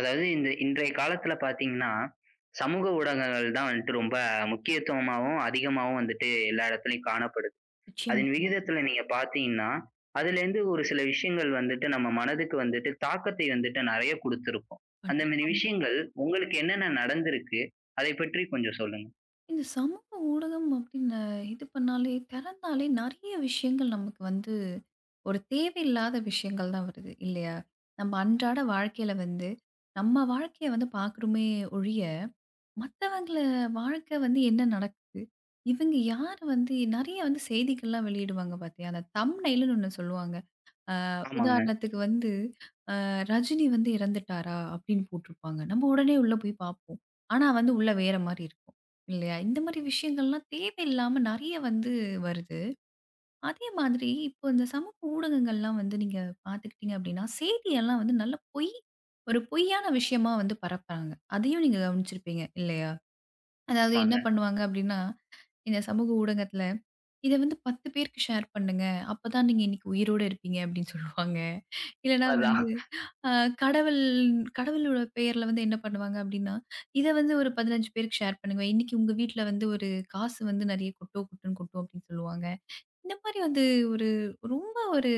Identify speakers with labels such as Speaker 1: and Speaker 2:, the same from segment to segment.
Speaker 1: அதாவது இந்த இன்றைய காலத்துல பார்த்தீங்கன்னா, சமூக ஊடகங்கள் தான் வந்துட்டு ரொம்ப முக்கியத்துவமாவும், அதிகமாவும் வந்துட்டு எல்லா இடத்துலயும் காணப்படுது. அதன்
Speaker 2: நிச்சயமாங்க.
Speaker 1: விகிதத்துல நீங்க பார்த்தீங்கன்னா, அதுலேருந்து ஒரு சில விஷயங்கள் வந்துட்டு நம்ம மனதுக்கு வந்துட்டு தாக்கத்தை வந்துட்டு நெறைய குடுத்திருக்கும். அந்த மாரி
Speaker 2: கண்டிப்பாங்க.
Speaker 1: விஷயங்கள் உங்களுக்கு என்னென்ன நடந்திருக்கு? அதை பற்றி கொஞ்சம் சொல்லுங்க.
Speaker 2: இந்த சமூக ஊடகம் அப்படின்னு இது பண்ணாலே, திறந்தாலே நெறைய விஷயங்கள் நமக்கு வந்து ஒரு தேவையில்லாத விஷயங்கள் தான் வருது இல்லையா? நம்ம அன்றாட வாழ்க்கையில வந்து நம்ம வாழ்க்கைய வந்து பார்க்குறோமே ஒழிய, மத்தவங்கள வாழ்க்கை வந்து என்ன நடக்குது? இவங்க யார் வந்து நெறைய வந்து செய்திகள்லாம் வெளியிடுவாங்க பார்த்தியா? அந்த தம்ப்நெயில்ன்னு ஒண்ணு சொல்லுவாங்க.
Speaker 1: ஆமாங்க,
Speaker 2: உதாரணத்துக்கு வந்து ரஜினி வந்து இறந்துட்டாரா? அப்படின்னு போட்டிருப்பாங்க. நம்ம உடனே உள்ள போய் பார்ப்போம். ஆனா வந்து உள்ள வேற மாரி இருக்கும். இல்லையா? இந்த மாரி விஷயங்கள்லாம் தேவையில்லாம நெறைய வந்து வருது. அதே மாதிரி இப்போ இந்த சமூக ஊடகங்கள்லாம் வந்து நீங்க பார்த்துக்கிட்டீங்க அப்படின்னா, செய்தியெல்லாம் வந்து நல்ல பொய் ஒரு பொய்யான விஷயமா வந்து பரப்புறாங்க. அதையும் நீங்க கவனிச்சிருப்பீங்க இல்லையா? அதாவது
Speaker 1: ஆமாங்க.
Speaker 2: என்ன பண்ணுவாங்க அப்படின்னா இந்த சமூக ஊடகத்துல, "இத வந்து 10 பேருக்கு ஷேர் பண்ணுங்க. அப்பதான் நீங்க இன்னைக்கு உயிரோட இருப்பீங்க" அப்படின்னு சொல்லுவாங்க. இல்லன்னா
Speaker 1: அதான்.
Speaker 2: வந்து அ கடவுள் கடவுளோட பெயர்ல வந்து என்ன பண்ணுவாங்க அப்படின்னா, "இத வந்து ஒரு 15 பேருக்கு ஷேர் பண்ணுங்க. இன்னைக்கு உங்க வீட்ல வந்து ஒரு காசு வந்து நெறைய கொட்டும், கொட்டும், கொட்டும்" அப்படின்னு சொல்லுவாங்க. இந்த மாரி வந்து ஒரு ரொம்ப ஒரு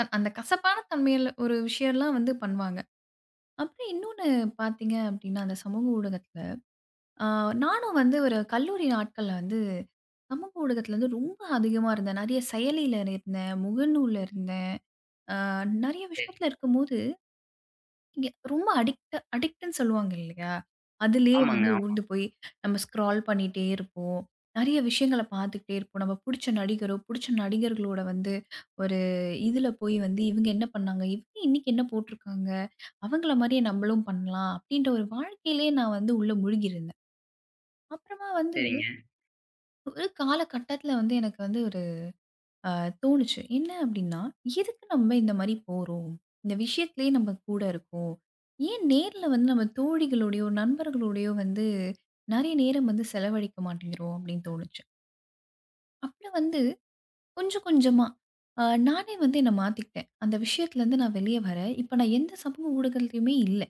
Speaker 2: அந்த கசப்பான தன்மையில ஒரு விஷயம்லாம் வந்து பண்ணுவாங்க. அப்புறம் இன்னொன்னு பார்த்தீங்க அப்படின்னா, அந்த சமூக ஊடகத்துல ஆ, நானும் வந்து ஒரு கல்லூரி நாட்கள்ல வந்து சமூக ஊடகத்துல வந்து ரொம்ப அதிகமா இருந்தேன். நிறைய செயலியில இருந்தேன். முகநூல்ல இருந்தேன். ஆ, நிறைய விஷயத்துல
Speaker 1: சரி.
Speaker 2: இருக்கும்போது இங்க ரொம்ப அடிக்ட்ன்னு சொல்லுவாங்க இல்லையா? அதிலேயே
Speaker 1: ஆமாங்க,
Speaker 2: வந்து
Speaker 1: ஆமா.
Speaker 2: ஊர்ந்து போய் நம்ம ஸ்க்ரால் பண்ணிட்டே இருப்போம். நிறைய விஷயங்கள பார்த்துக்கிட்டே இருப்போம். நம்ம புடிச்ச நடிகரோ, புடிச்ச நடிகர்களோட வந்து ஒரு இதுல போய் வந்து இவங்க என்ன பண்ணாங்க? இவங்க இன்னைக்கு என்ன போட்டிருக்காங்க? அவங்கள மாரியே நம்மளும் பண்ணலாம். அப்படின்ற ஒரு வாழ்க்கையிலேயே நான் வந்து உள்ள முழுகியிருந்தேன். அப்புறமா வந்து
Speaker 1: சரிங்க.
Speaker 2: ஒரு காலகட்டத்தில வந்து எனக்கு வந்து ஒரு அ தோணுச்சு. என்ன அப்டின்னா, எதுக்கு நம்ம இந்த மாரி போறோம்? இந்த விஷயத்திலேயே நம்ம கூட இருக்கோம். ஏன் நேர்ல வந்து நம்ம தோழிகளோடையோ, நண்பர்களோடையோ வந்து நெறைய நேரம் வந்து செலவழிக்க மாட்டேங்கிறோம் அப்டின்னு தோணுச்சு. அப்புறம் வந்து கொஞ்சம் கொஞ்சமா அ நானே வந்து என்ன மாத்திக்கிட்டேன். அந்த விஷயத்துலருந்து நான் வெளிய வரேன். இப்ப நான் எந்த சமூக ஊடகத்துலயுமே இல்ல.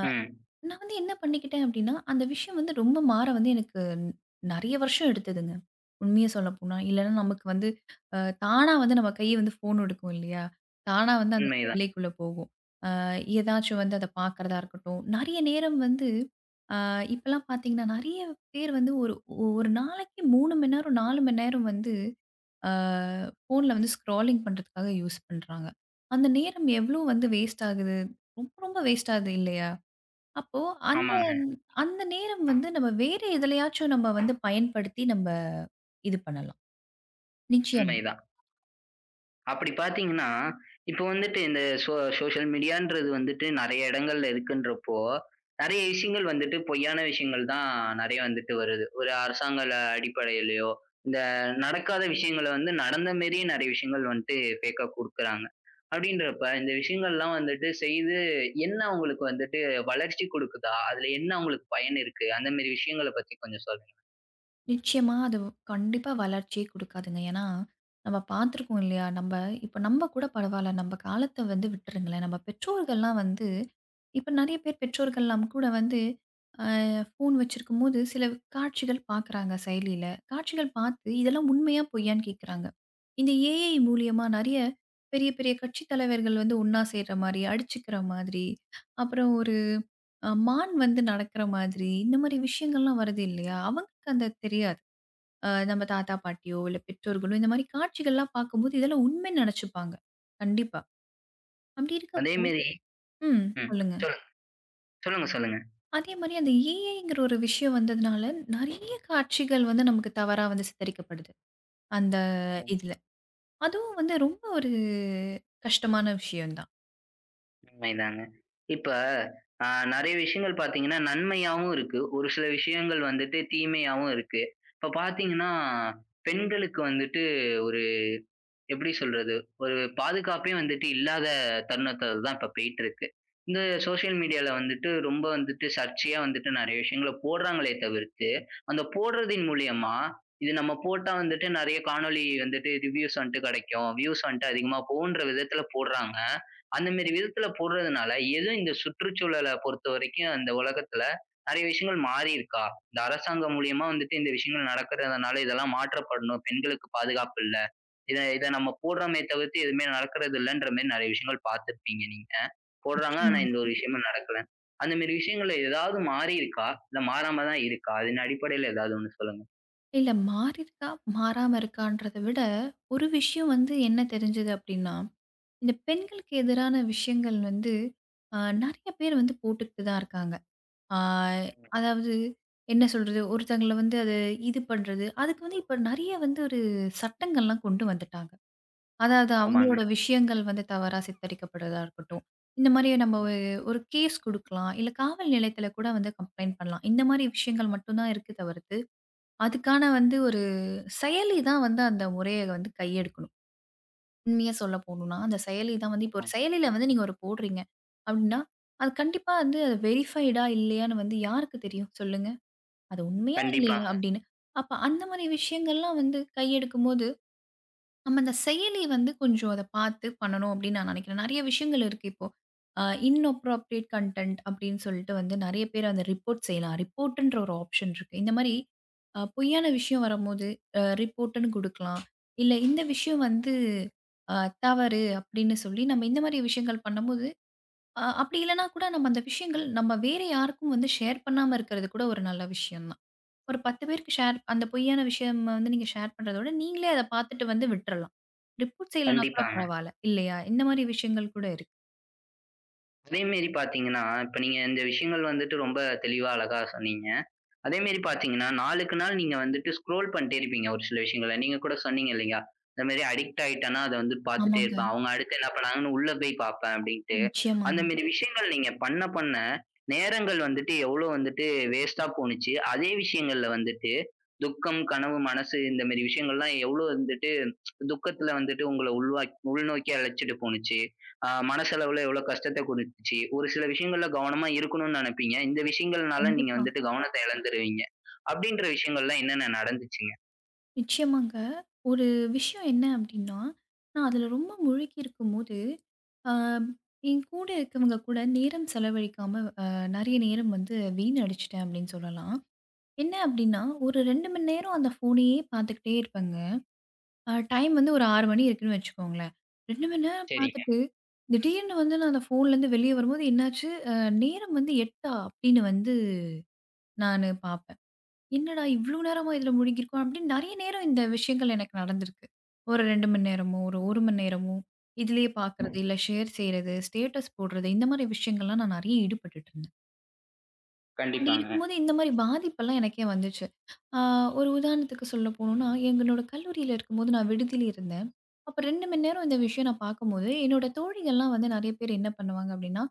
Speaker 1: ம்.
Speaker 2: நான் வந்து என்ன பண்ணிக்கிட்டேன் அப்டின்னா, அந்த விஷயம் வந்து ரொம்ப மாற வந்து எனக்கு நெறைய வருஷம் எடுத்ததுங்க. உண்மைய சொல்லப்போனா. இல்லன்னா நமக்கு வந்து அ தானா வந்து நம்ம கை வந்து ஃபோன் எடுக்கும் இல்லையா? தானா வந்து அந்த
Speaker 1: உண்மைதான்.
Speaker 2: செயலிக்குள்ள போகும். அ ஏதாச்சும் வந்து அத பார்க்கறதா இருக்கட்டும். நெறைய நேரம் வந்து இப்பலாம் பார்த்தீங்கன்னா, நெறைய பேர் வந்து ஒரு ஒரு நாளைக்கு 3 மணி நேரம், 4 மணி நேரம் வந்து அ ஃபோன்ல வந்து ஸ்க்ராலிங் பண்றதுக்காக யூஸ் பண்றாங்க. அந்த நேரம் எவ்ளோ வந்து வேஸ்ட் ஆகுது? ரொம்ப ரொம்ப வேஸ்ட் ஆகுது இல்லையா? அப்போ அந்
Speaker 1: ஆமாங்க.
Speaker 2: அந்த நேரம் வந்து நம்ம வேற எதுலயாச்சும் நம்ம வந்து பயன்படுத்தி நம்ம இது பண்ணலாம். நிச்சயமா.
Speaker 1: உண்மைதான். அப்படி பார்த்தீங்கன்னா, இப்போ வந்துட்டு இந்த சோஷியல் மீடியான்றது வந்துட்டு நெறைய இடங்கள்ல இருக்குன்றப்போ, நெறைய விஷயங்கள் வந்துட்டு பொய்யான விஷயங்கள் தான் நெறைய வந்துட்டு வருது. ஒரு அரசாங்க ல அடிப்படையிலயோ, இந்த நடக்காத விஷயங்கள வந்து நடந்த மாரியே நெறைய விஷயங்கள் வந்துட்டு ஃபேக்கா குடுக்குறாங்க. அப்படின்றப்ப இந்த விஷயங்கள்லாம் வந்துட்டு செய்து என்ன உங்களுக்கு வந்துட்டு வளர்ச்சி குடுக்குதா? அதுல என்ன உங்களுக்கு பயன் இருக்கு? அந்த மாரி விஷயங்கள பத்தி கொஞ்சம் சொல்லுங்க.
Speaker 2: நிச்சயமா அது கண்டிப்பா வளர்ச்சியே குடுக்காதுங்க. ஏன்னா, நம்ம பார்த்துருக்கோம் இல்லையா? இப்ப நம்ப கூட பரவால்ல. நம்ப காலத்த வந்து விட்டுருங்களேன். நம்ம பெற்றோர்கள்லாம் வந்து இப்ப நெறைய பேர் பெற்றோர்கள்லாம் கூட வந்து அ ஃபோன் வச்சிருக்கும்போது சில காட்சிகள் பார்க்குறாங்க செயலியில. காட்சிகள் பார்த்து இதெல்லாம் உண்மையா? பொய்யான்னு கேட்குறாங்க. இந்த AI மூலியமா நெறைய பெரிய, பெரிய கட்சி தலைவர்கள் வந்து ஒண்ணா சேர்ற மாரி, அடிச்சுக்கிற மாதிரி, அப்புறம் ஒரு மான் வந்து நடக்கிற மாதிரி, இந்த மாரி விஷயங்கள்லாம் வருது இல்லையா? அவங்களுக்கு அந்த தெரியாது. நம்ம தாத்தா, பாட்டியோ இல்ல பெற்றோர்களோ இந்த மாரி காட்சிகள்லாம் பார்க்கும்போது, இதெல்லாம் உண்மைன்னு நெனச்சுப்பாங்க. கண்டிப்பா. அப்படி இருக்க
Speaker 1: அதே மாரி
Speaker 2: ம்.
Speaker 1: ம்.
Speaker 2: சொல்லுங்க.
Speaker 1: சொல் சொல்லுங்க, சொல்லுங்க.
Speaker 2: அதே மாரி அந்த AIங்கிற ஒரு விஷயம் வந்ததுனால, நெறைய காட்சிகள் வந்து நமக்கு தவறா வந்து சித்தரிக்கப்படுது. அந்த இதுல. அதுவும் வந்து ரொம்ப ஒரு கஷ்டமான விஷயம் தான்.
Speaker 1: உண்மைதாங்க. இப்ப அ நெறைய விஷயங்கள் பார்த்தீங்கன்னா, நன்மையாவும் இருக்கு. ஒரு சில விஷயங்கள் வந்துட்டு தீமையாவும் இருக்கு. இப்ப பார்த்தீங்கன்னா, பெண்களுக்கு வந்துட்டு ஒரு எப்படி சொல்றது? ஒரு பாதுகாப்பே வந்துட்டு இல்லாத தருணத்துல தான் இப்ப போயிட்டுருக்கு. இந்த சோசியல் மீடியால வந்துட்டு ரொம்ப வந்துட்டு சர்ச்சையா வந்துட்டு நெறைய விஷயங்கள போடுறாங்களே தவிர்த்து, அந்த போடுறதின் மூலியமா, இது நம்ம போட்டா வந்துட்டு நெறைய காணொளி வந்துட்டு ரிவ்யூஸ் வந்துட்டு கெடைக்கும். வியூஸ் வந்துட்டு அதிகமா போகுன்ற விதத்துல போடுறாங்க. அந்த மாரி விதத்துல போடுறதுனால, எதுவும் இந்த சுற்றுச்சூழல பொறுத்தவரைக்கும் அந்த உலகத்துல நெறைய விஷயங்கள் மாறியிருக்கா? இந்த அரசாங்கம் மூலியமா வந்துட்டு இந்த விஷயங்கள் நடக்கிறதுனால இதெல்லாம் மாற்றப்படணும். பெண்களுக்கு பாதுகாப்பு இல்ல. இத இத நம்ம போடுறோமே தவிர்த்து எதுவுமே நடக்கிறது இல்லன்ற மாரி நெறைய விஷயங்கள் பார்த்திருப்பீங்க நீங்க. போடுறாங்க ஆனா
Speaker 2: நிச்சயமா.
Speaker 1: எந்த ஒரு விஷயமும் நடக்கல. அந்த மாரி விஷயங்கள்ல ஏதாவது மாறியிருக்கா? இல்ல மாறாம தான் இருக்கா? அதன் அடிப்படையில ஏதாவது ஒண்ணு சொல்லுங்க.
Speaker 2: இல்ல மாறியிருக்கா, மாறாம இருக்கான்றத விட, ஒரு விஷயம் வந்து என்ன தெரிஞ்சது அப்படின்னா, இந்த பெண்களுக்கு எதிரான விஷயங்கள் வந்து, நெறைய பேர் வந்து போட்டுக்கிட்டு தான் இருக்காங்க. ஆ அதாவது என்ன சொல்றது? ஒருத்தங்கள வந்து அது இது பண்றது. அதுக்கு வந்து இப்ப நெறைய வந்து ஒரு சட்டங்கள்லாம் கொண்டு வந்துட்டாங்க. அதாவது
Speaker 1: ஆமாங்க.
Speaker 2: அவங்களோட விஷயங்கள் வந்து தவறா சித்தரிக்கப்படுறதா இருக்கட்டும். இந்த மாரி நம்ம
Speaker 1: ம்.
Speaker 2: ஒரு ஒரு கேஸ் குடுக்கலாம். இல்ல காவல் நிலையத்தில கூட வந்து கம்ப்ளைண்ட் பண்ணலாம். இந்த மாரி விஷயங்கள் மட்டும் தான் இருக்கு தவிர்த்து, அதுக்கான வந்து ஒரு செயலி தான் வந்து அந்த முறைய வந்து கையெடுக்கணும். உண்மையா சொல்ல போணும்னா, அந்த செயலி தான் வந்து இப்போ ஒரு
Speaker 1: ம்.
Speaker 2: செயலில வந்து நீங்க ஒரு போடுறீங்க. அப்டின்னா, அது கண்டிப்பா வந்து அது வெரிஃபைடா இல்லையான்னு வந்து யாருக்கு தெரியும்? சொல்லுங்க. அது உண்மையா இல்லையா?
Speaker 1: கண்டிப்பாங்க,
Speaker 2: அப்படின்னு. அப்ப அந்த மாரி விஷயங்கள்லாம் வந்து கையெடுக்கும்போது, நம்ம அந்த செயலி வந்து கொஞ்சம் அத பார்த்து பண்ணணும் அப்படின்னு நான் நினைக்கிறேன். நெறைய விஷயங்கள் இருக்கு இப்போ. அ இன்அப்ராப்ரியேட் கன்டென்ட் அப்படின்னு சொல்லிட்டு வந்து நெறைய பேர் அந்த ரிப்போர்ட் செய்யலாம். ரிப்போர்ட்ன்ற ஒரு ஆப்ஷன் இருக்கு. இந்த மாரி பொய்யான விஷயம் வரும்போது ரிப்போர்ட்ன்னு குடுக்கலாம். இல்ல இந்த விஷயம் வந்து அ தவறு அப்படின்னு சொல்லி நம்ம இந்த மாரி விஷயங்கள் பண்ணும்போது, அப்படி இல்லன்னா கூட நம்ம அந்த விஷயங்கள் நம்ம வேற யாருக்கும் வந்து ஷேர் பண்ணாம இருக்கிறது கூட ஒரு நல்ல விஷயம் தான். ஒரு 10 பேருக்கு ஷேர் அந்த பொய்யான விஷயம் வந்து நீங்க ஷேர் பண்றத விட, நீங்களே அத பார்த்துட்டு வந்து விட்டுறலாம். ரிப்போர்ட் செய்யலனா கூட
Speaker 1: கண்டிப்பாங்க.
Speaker 2: பரவால்ல. இல்லையா? இந்த மாரி விஷயங்கள் கூட இருக்கு.
Speaker 1: அதே மாரி பார்த்தீங்கன்னா, இப்ப நீங்க இந்த விஷயங்கள் வந்துட்டு ரொம்ப தெளிவா அழகா சொன்னீங்க. அதே மாரி பார்த்தீங்கன்னா, நாளுக்கு நாள் நீங்க வந்துட்டு ஸ்க்ரோல் பண்ணிட்டே இருப்பீங்க ஒரு சில விஷயங்கள. நீங்க கூட சொன்னீங்க இல்லையா? இந்த மாரி அடிக்ட் ஆயிட்டேன்னா, அத வந்து பார்த்துட்டே
Speaker 2: ஆமாங்க.
Speaker 1: இருப்பேன். அவங்க அடுத்து என்ன பண்ணாங்கன்னு உள்ள போய் பார்ப்பேன் அப்டின்ட்டு. அந்த
Speaker 2: நிச்சயமாங்க.
Speaker 1: மாரி விஷயங்கள் நீங்க பண்ண பண்ண, நேரங்கள் வந்துட்டு எவ்ளோ வந்துட்டு வேஸ்ட்டா போணுச்சு. அதே விஷயங்கள்ல வந்துட்டு துக்கம், கனவு, மனசு இந்த மாரி விஷயங்கள்லாம் எவ்ளோ வந்துட்டு துக்கத்துல வந்துட்டு உங்கள உள்நோக்கி அழைச்சிட்டு போணுச்சு? மனசளவுல எவ்வளோ கஷ்டத்த குடுத்துச்சு. ஒரு சில விஷயங்கள்ல கவனமா இருக்கணும்னு நெனைப்பீங்க. இந்த விஷயங்கள்னால நீங்க
Speaker 2: கண்டிப்பா.
Speaker 1: வந்துட்டு கவனத்த இழந்துருவீங்க. அப்படின்ற விஷயங்கள்லாம் என்னென்ன நடந்துச்சுங்க?
Speaker 2: நிச்சயமாங்க. ஒரு விஷயம் என்ன அப்டின்னா, நான் அதுல ரொம்ப முழுகி இருக்கும்போது, அ என் கூட இருக்கவங்க கூட நேரம் செலவழிக்காம நெறைய நேரம் வந்து வீணடிச்சுட்டேன் அப்டின்னு சொல்லலாம். என்ன அப்டின்னா, ஒரு 2 மணி நேரம் அந்த ஃபோனையே பார்த்துக்கிட்டே இருப்பேங்க. டைம் வந்து ஒரு 6 மணி இருக்குன்னு வச்சுக்கோங்களேன். 2 மணி நேரம்
Speaker 1: சரிங்க.
Speaker 2: பார்த்துட்டு, திடீர்னு வந்து நான் அந்த ஃபோன்லேருந்து வெளிய வரும்போது என்னாச்சு, நேரம் வந்து 8:00 அப்படின்னு வந்து நானு பார்ப்பேன். என்னடா இவ்ளோ நேரமா இதில முழுகியிருக்கோம் அப்படின்னு நெறைய நேரம் இந்த விஷயங்கள் எனக்கு நடந்திருக்கு. ஒரு 2 மணி நேரமோ, ஒரு 1 மணி நேரமோ, இதிலேயே பார்க்குறது, இல்ல ஷேர் செய்றது, ஸ்டேட்டஸ் போடுறது, இந்த மாரி விஷயங்கள்லாம் நான் நெறைய ஈடுபட்டுட்டு இருந்தேன். அப்படி
Speaker 1: கண்டிப்பாங்க.
Speaker 2: இருக்கும்போது இந்த மாரி பாதிப்பெல்லாம் எனக்கே வந்துச்சு. ஆ ஒரு உதாரணத்துக்கு சொல்ல போணும்னா, எங்களோட கல்லூரியில இருக்கும்போது நான் விடுதியில இருந்தேன். அப்ப 2 மணி நேரம் இந்த விஷயம் நான் பார்க்கும்போது, என்னோட தோழிகள்லாம் வந்து நெறைய பேர் என்ன பண்ணுவாங்க அப்படின்னா,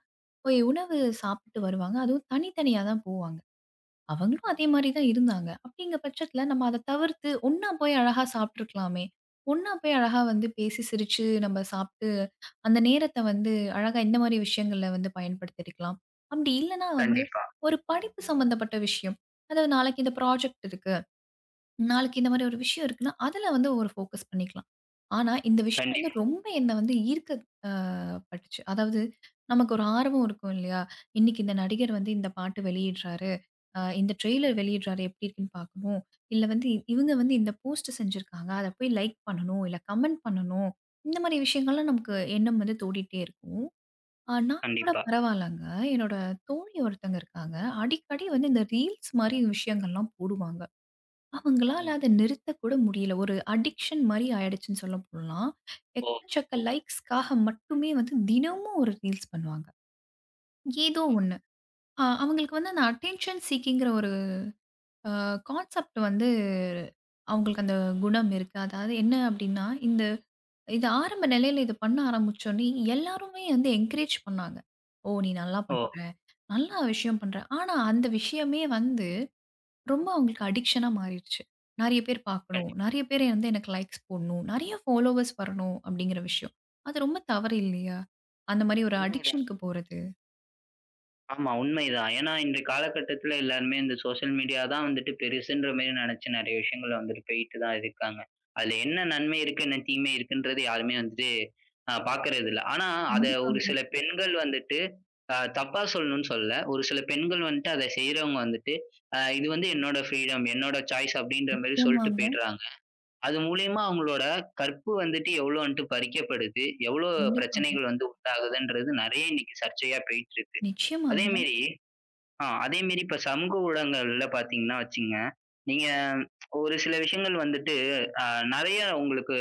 Speaker 2: போய் உணவு சாப்பிட்டு வருவாங்க. அதுவும் தனித்தனியா தான் போவாங்க. அவங்களும் அதே மாரி தான் இருந்தாங்க. அப்படிங்கிற பட்சத்தில நம்ம அத தவிர்த்து ஒண்ணா போய் அழகா சாப்பிட்டுருக்கலாமே! ஒண்ணா போய் அழகா வந்து பேசி சிரிச்சு நம்ம சாப்ட்டு அந்த நேரத்த வந்து அழகா இந்த மாரி விஷயங்கள்ல வந்து பயன்படுத்திருக்கலாம். அப்படி இல்லன்னா வந்து,
Speaker 1: கண்டிப்பா.
Speaker 2: ஒரு படிப்பு சம்மந்தப்பட்ட விஷயம். அதாவது நாளைக்கு இந்த ப்ராஜெக்ட் இருக்கு. நாளைக்கு இந்த மாரி ஒரு விஷயம் இருக்குன்னா, அதுல வந்து ஒரு ஃபோக்கஸ் பண்ணிக்கலாம். ஆனா, இந்த விஷயம் வந்து
Speaker 1: கண்டிப்
Speaker 2: ரொம்ப என்ன வந்து ஈர்க்க அ பட்டுச்சு. அதாவது நமக்கு ஒரு ஆர்வம் இருக்கும் இல்லையா? இன்னைக்கு இந்த நடிகர் வந்து இந்த பாட்டு வெளியிடுறாரு. இந்த ட்ரெய்லர் வெளியிடுறாரு எப்படி இருக்குன்னு பார்க்கணும். இல்ல வந்து இவங்க வந்து இந்த போஸ்ட் செஞ்சிருக்காங்க. அத போய் லைக் பண்ணணும். இல்ல கமெண்ட் பண்ணணும். இந்த மாரி விஷயங்கள்லாம் நமக்கு எண்ணம் வந்து தோடிட்டே இருக்கும். நான் கூட
Speaker 1: கண்டிப்பா.
Speaker 2: பரவாயில்லங்க. என்னோட தோழி ஒருத்தங்க இருக்காங்க. அடிக்கடி வந்து இந்த ரீல்ஸ் மாரி விஷயங்கள்லாம் போடுவாங்க. அவங்களால
Speaker 1: ம்.
Speaker 2: அத நிறுத்தக் கூட முடியல. ஒரு அடிக்ஷன் மாரி ஆயிடுச்சுன்னு சொல்ல போலாம்.
Speaker 1: ஓ!
Speaker 2: எக்கச்சக்க
Speaker 1: ஓ!
Speaker 2: லைக்ஸ்க்காக மட்டுமே வந்து தினமும் ஒரு ரீல்ஸ் பண்ணுவாங்க. ஏதோ ஒண்ணு. அவங்களுக்கு வந்து அந்த அட்டென்ஷன் சீக்கிங்கிற ஒரு கான்செப்ட் வந்து அவங்களுக்கு அந்த குணம் இருக்கு. அதாவது என்ன அப்படின்னா, இது ஆரம்ப நிலையில இத பண்ண ஆரம்பிச்சோனே, எல்லாருமே வந்து என்கரேஜ் பண்ணாங்க. "ஓ! நீ நல்லா
Speaker 1: ஓ!
Speaker 2: பண்ற. நல்ல விஷயம் பண்ற." ஆனா அந்த விஷயமே வந்து ரொம்ப அவங்களுக்கு அடிக்ஷனா மாறிடுச்சு. நெறைய பேர் பார்க்கணும்.
Speaker 1: கண்டிப்
Speaker 2: நெறைய பேர் வந்து எனக்கு லைக்ஸ் போடணும். நெறைய ஃபாலோவர்ஸ் வரணும் அப்படிங்கிற விஷயம். அது ரொம்ப தவறு இல்லையா? அந்த மாரி ஒரு
Speaker 1: உண்மைதான்.
Speaker 2: அடிக்ஷனுக்கு போறது.
Speaker 1: ஆமா உண்மைதான். ஏன்னா இந்த காலகட்டத்துல எல்லாருமே இந்த சோசியல் மீடியா தான் வந்துட்டு பெருசுன்ற மாரி நெனைச்சு நெறைய விஷயங்கள்ல வந்துட்டு போயிட்டு தான் இருக்காங்க. அதுல என்ன நன்மை இருக்கு, என்ன தீமை இருக்குன்றது யாருமே வந்துட்டு பாக்குறதில்ல. ஆனா அத ஒரு
Speaker 2: கண்டிப்பாங்க.
Speaker 1: சில பெண்கள் வந்துட்டு தப்பா சொல்லணும்னு சொல்லல. ஒரு சில பெண்கள் வந்துட்டு அத செய்றவங்க வந்துட்டு, இது வந்து என்னோட ஃப்ரீடம், என்னோட சாய்ஸ் அப்படின்ற மாரி சொல்ட்டு
Speaker 2: நிச்சயமாங்க.
Speaker 1: போயிடுறாங்க. அது மூலியமா அவங்களோட கற்பு வந்துட்டு எவ்வளோ வந்துட்டு பறிக்கப்படுது, எவ்வளோ
Speaker 2: கண்டிப்பாங்க.
Speaker 1: பிரச்சனைகள் வந்து உண்டாகுதுன்றது நெறைய இன்னைக்கு சர்ச்சையா போயிட்டு இருக்கு. அதே
Speaker 2: நிச்சயமாங்க.
Speaker 1: மேரி ஆ அதேமாரி இப்ப சமூக ஊடகங்கள்ல பார்த்தீங்கன்னா வச்சுங்க, நீங்க ஒரு சில விஷயங்கள் வந்துட்டு அ நெறைய உங்களுக்கு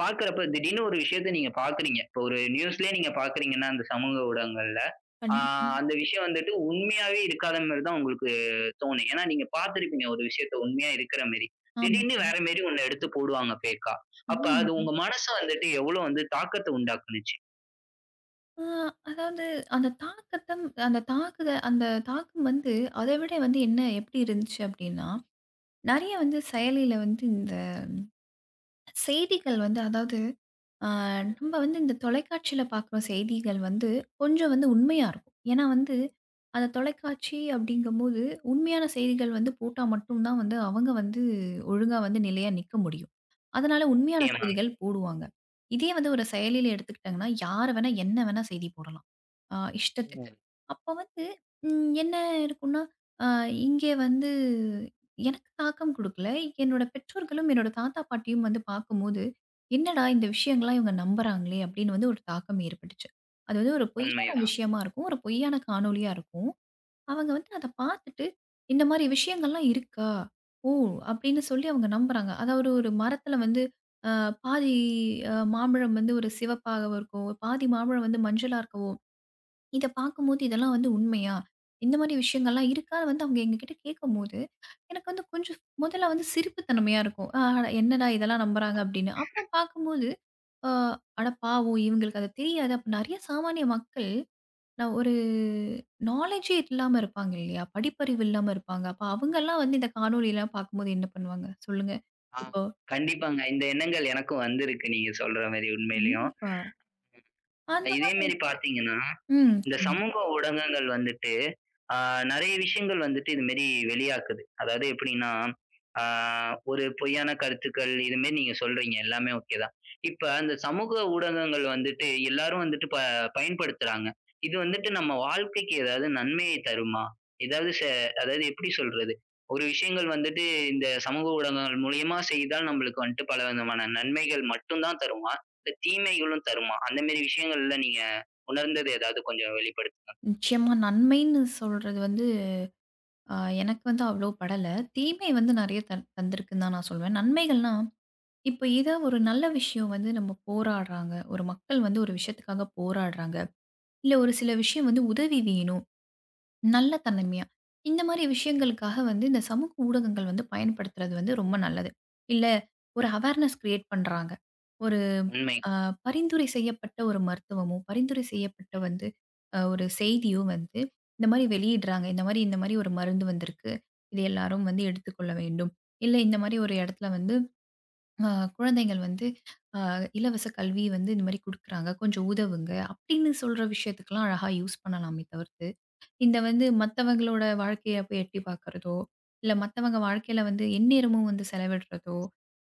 Speaker 1: பார்க்குறப்ப திடீர்னு ஒரு விஷயத்த நீங்க பார்க்குறீங்க. இப்போ ஒரு நியூஸ்லயே நீங்க பார்க்குறீங்கன்னா, அந்த சமூக ஊடகங்கள்ல, ஆ
Speaker 2: கண்டிப்பா.
Speaker 1: அந்த விஷயம் வந்துட்டு உண்மையாவே இருக்காத மாரி தான் உங்களுக்கு தோணும். ஏன்னா, நீங்க பார்த்துருப்பீங்க ஒரு விஷயத்த உண்மையா இருக்கிற மாரி. திடீர்னு
Speaker 2: ஆமாங்க.
Speaker 1: வேற மாரி ஒண்ணு எடுத்து போடுவாங்க ஃபேக்கா. அப்ப அது
Speaker 2: ஆமாங்க.
Speaker 1: உங்க மனச வந்துட்டு எவ்வளோ வந்து தாக்கத்த உண்டாக்குனுச்சு?
Speaker 2: ஆ, அதாவது அந்த தாக்கத்தம் அந்த தாக்குத அந்த தாக்கம் வந்து அதை விட வந்து என்ன எப்படி இருந்துச்சு அப்படின்னா, நெறைய வந்து செயலில வந்து இந்த செய்திகள் வந்து அதாவது ஆ நம்ம வந்து இந்த தொலைக்காட்சியில பார்க்குற செய்திகள் வந்து கொஞ்சம் வந்து உண்மையா இருக்கும். ஏன்னா வந்து அந்த தொலைக்காட்சி அப்படிங்கும்போது உண்மையான செய்திகள் வந்து போட்டா மட்டும் தான் வந்து அவங்க வந்து ஒழுங்கா வந்து நிலையா நிக்க முடியும். அதனால உண்மையான
Speaker 1: முக்கியமா.
Speaker 2: செய்திகள் போடுவாங்க. இதே வந்து ஒரு செயலியில எடுத்துக்கிட்டாங்கன்னா, யார் வேணா என்ன வேணா செய்தி போடலாம். இஷ்டத்துக்கு.
Speaker 1: ம்.
Speaker 2: அப்ப வந்து ம் என்ன இருக்கும்ன்னா, அ இங்கே வந்து எனக்கு தாக்கம் குடுக்கல. என்னோட பெற்றோர்களும், என்னோட தாத்தா, பாட்டியும் வந்து பார்க்கும்போது, "என்னடா இந்த விஷயங்கள்லாம் இவங்க நம்புறாங்களே!" அப்படின்னு வந்து ஒரு தாக்கம் ஏற்பட்டுச்சு. அது வந்து ஒரு
Speaker 1: உண்மையா?
Speaker 2: பொய்யான விஷயமா இருக்கும். ஒரு பொய்யான காணொளியா இருக்கும். அவங்க வந்து அத பார்த்துட்டு, "இந்த மாரி விஷயங்கள்லாம் இருக்கா? ஓ!" அப்படின்னு சொல்லி அவங்க நம்புறாங்க. அதாவது ஒரு மரத்தில வந்து அ பாதி மாம்பழம் வந்து ஒரு சிவப்பாகவும் இருக்கும். பாதி மாம்பழம் வந்து மஞ்சளா இருக்கவும் இத பார்க்கும்போது இதெல்லாம் வந்து உண்மையா? இந்த மாரி விஷயங்கள்லாம் இருக்கான்னு வந்து அவங்க எங்ககிட்ட கேட்கும்போது, எனக்கு வந்து கொஞ்சம் முதல்ல வந்து சிரிப்புத்தன்மையா இருக்கும். அட என்னடா இதெல்லாம் நம்புறாங்க அப்படின்னு. அப்புறம் பார்க்கும்போது, அ அட பாவம் இவங்களுக்கு அது தெரியாது. அப்ப நெறைய சாமானிய மக்கள் நான் ஒரு நாலேட்ஜே இல்லாம இருப்பாங்க இல்லையா? படிப்பறிவு இல்லாம இருப்பாங்க. அப்ப அவங்கலாம் வந்து இந்த காணொளிலாம் பார்க்கும்போது என்ன பண்ணுவாங்க? சொல்லுங்க.
Speaker 1: ஆ,
Speaker 2: இப்போ
Speaker 1: கண்டிப்பாங்க. இந்த எண்ணங்கள் எனக்கும் வந்திருக்கு நீங்க சொல்ற மாரி உண்மையிலயும்.
Speaker 2: கண்டிப்பா. அந்த
Speaker 1: இதே மாரி பார்த்தீங்கன்னா,
Speaker 2: ம்.
Speaker 1: இந்த
Speaker 2: சொல்லுங்க.
Speaker 1: சமூக ஊடகங்கள் வந்துட்டு, ஆ நெறைய விஷயங்கள் வந்துட்டு இது மாரி வெளியாக்குது. அதாவது எப்படின்னா, ஆ ஒரு பொய்யான கருத்துக்கள் இது மாரி நீங்க சொல்றீங்க. எல்லாமே ஓகே தான். இப்ப அந்த சமூக ஊடகங்கள் வந்துட்டு எல்லாரும் வந்துட்டு பயன்படுத்துறாங்க. இது வந்துட்டு நம்ம வாழ்க்கைக்கு ஏதாவது நன்மையை தருமா? ஏதாவது அதாவது எப்படி சொல்றது? ஒரு விஷயங்கள் வந்துட்டு இந்த சமூக ஊடகங்கள் மூலியமா செய்தால் நம்மளுக்கு வந்துட்டு பலவிதமான நன்மைகள் மட்டும் தான் தருமா? இல்ல தீமைகளும் தருமா? அந்த மாரி விஷயங்கள்ல நீங்க உணர்ந்தது ஏதாவது கொஞ்சம் வெளிப்படுத்துங்க.
Speaker 2: நிச்சயமா நன்மைன்னு சொல்றது வந்து ஆ, எனக்கு வந்து அவ்வளோ படல. தீமை வந்து நெறைய தந்திருக்குன்னு தான் நான் சொல்வேன். நன்மைகள்னா, இப்ப ஏதா ஒரு நல்ல விஷயம் வந்து நம்ம போராடுறாங்க. ஒரு மக்கள் வந்து ஒரு விஷயத்துக்காக போராடுறாங்க. இல்ல ஒரு சில விஷயம் வந்து உதவி வேணும். நல்ல தன்மையா. இந்த மாரி
Speaker 1: ம்.
Speaker 2: விஷயங்களுக்காக வந்து இந்த சமூக ஊடகங்கள் வந்து பயன்படுத்துறது வந்து ரொம்ப நல்லது. இல்ல ஒரு அவேர்னஸ் கிரியேட் பண்றாங்க. ஒரு
Speaker 1: உண்மை.
Speaker 2: அ பரிந்துரை செய்யப்பட்ட ஒரு மருத்துவமோ, பரிந்துரை செய்யப்பட்ட வந்து ஒரு செய்தியோ வந்து இந்த மாரி வெளியிடுறாங்க. இந்த மாரி ஒரு மருந்து வந்திருக்கு. இது எல்லாரும் வந்து எடுத்துக்கொள்ள வேண்டும். இல்ல இந்த மாரி ஒரு இடத்துல வந்து அ குழந்தைகள் வந்து அ இலவச கல்வி வந்து இந்த மாரி குடுக்குறாங்க. கொஞ்சம் உதவுங்க. அப்படின்னு சொல்ற விஷயத்துக்கெல்லாம் அழகா யூஸ் பண்ணலாமே தவிர்த்து, இந்த வந்து மத்தவங்களோட வாழ்க்கைய போய் எட்டி பார்க்கிறதோ, இல்ல மத்தவங்க வாழ்க்கையில வந்து எந்நேரமும் வந்து செலவிடுறதோ,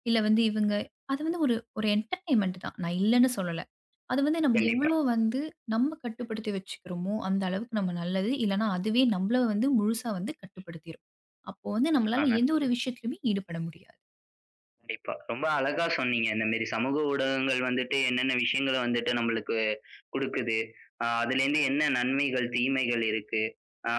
Speaker 2: இல்ல வந்து இவங்க அது வந்து ஒரு ஒரு என்டர்டெயின்மெண்ட் தான். நான் இல்லன்னு சொல்லல. அது வந்து நம்ம
Speaker 1: கண்டிப்பா.
Speaker 2: எவ்வளோ வந்து நம்ம கட்டுப்படுத்தி வச்சுக்கிறோமோ, அந்த அளவுக்கு நம்ம நல்லது. இல்லன்னா, அதுவே நம்மள வந்து முழுசா வந்து கட்டுப்படுத்திரும். அப்போ வந்து நம்மளால
Speaker 1: கண்டிப்பாங்க.
Speaker 2: எந்த ஒரு விஷயத்திலயுமே ஈடுபட முடியாது.
Speaker 1: கண்டிப்பா. ரொம்ப அழகா சொன்னீங்க. இந்த மாரி சமூக ஊடகங்கள் வந்துட்டு என்னென்ன விஷயங்கள வந்துட்டு நம்மளுக்கு குடுக்குது. அதுலேருந்து என்ன நன்மைகள், தீமைகள் இருக்கு. ஆ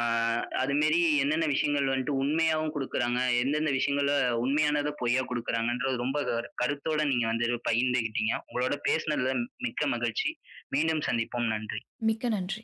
Speaker 1: அதுமாரி என்னென்ன விஷயங்கள் வந்துட்டு உண்மையாவும் குடுக்குறாங்க. எந்தெந்த விஷயங்கள உண்மையானத பொய்யா குடுக்குறாங்கன்றது ரொம்ப கருத்தோட நீங்க வந்து பகிர்ந்துக்கிட்டீங்க. உங்களோட பேசினதுல மிக்க மகிழ்ச்சி. மீண்டும் சந்திப்போம். நன்றி.
Speaker 2: மிக்க நன்றி.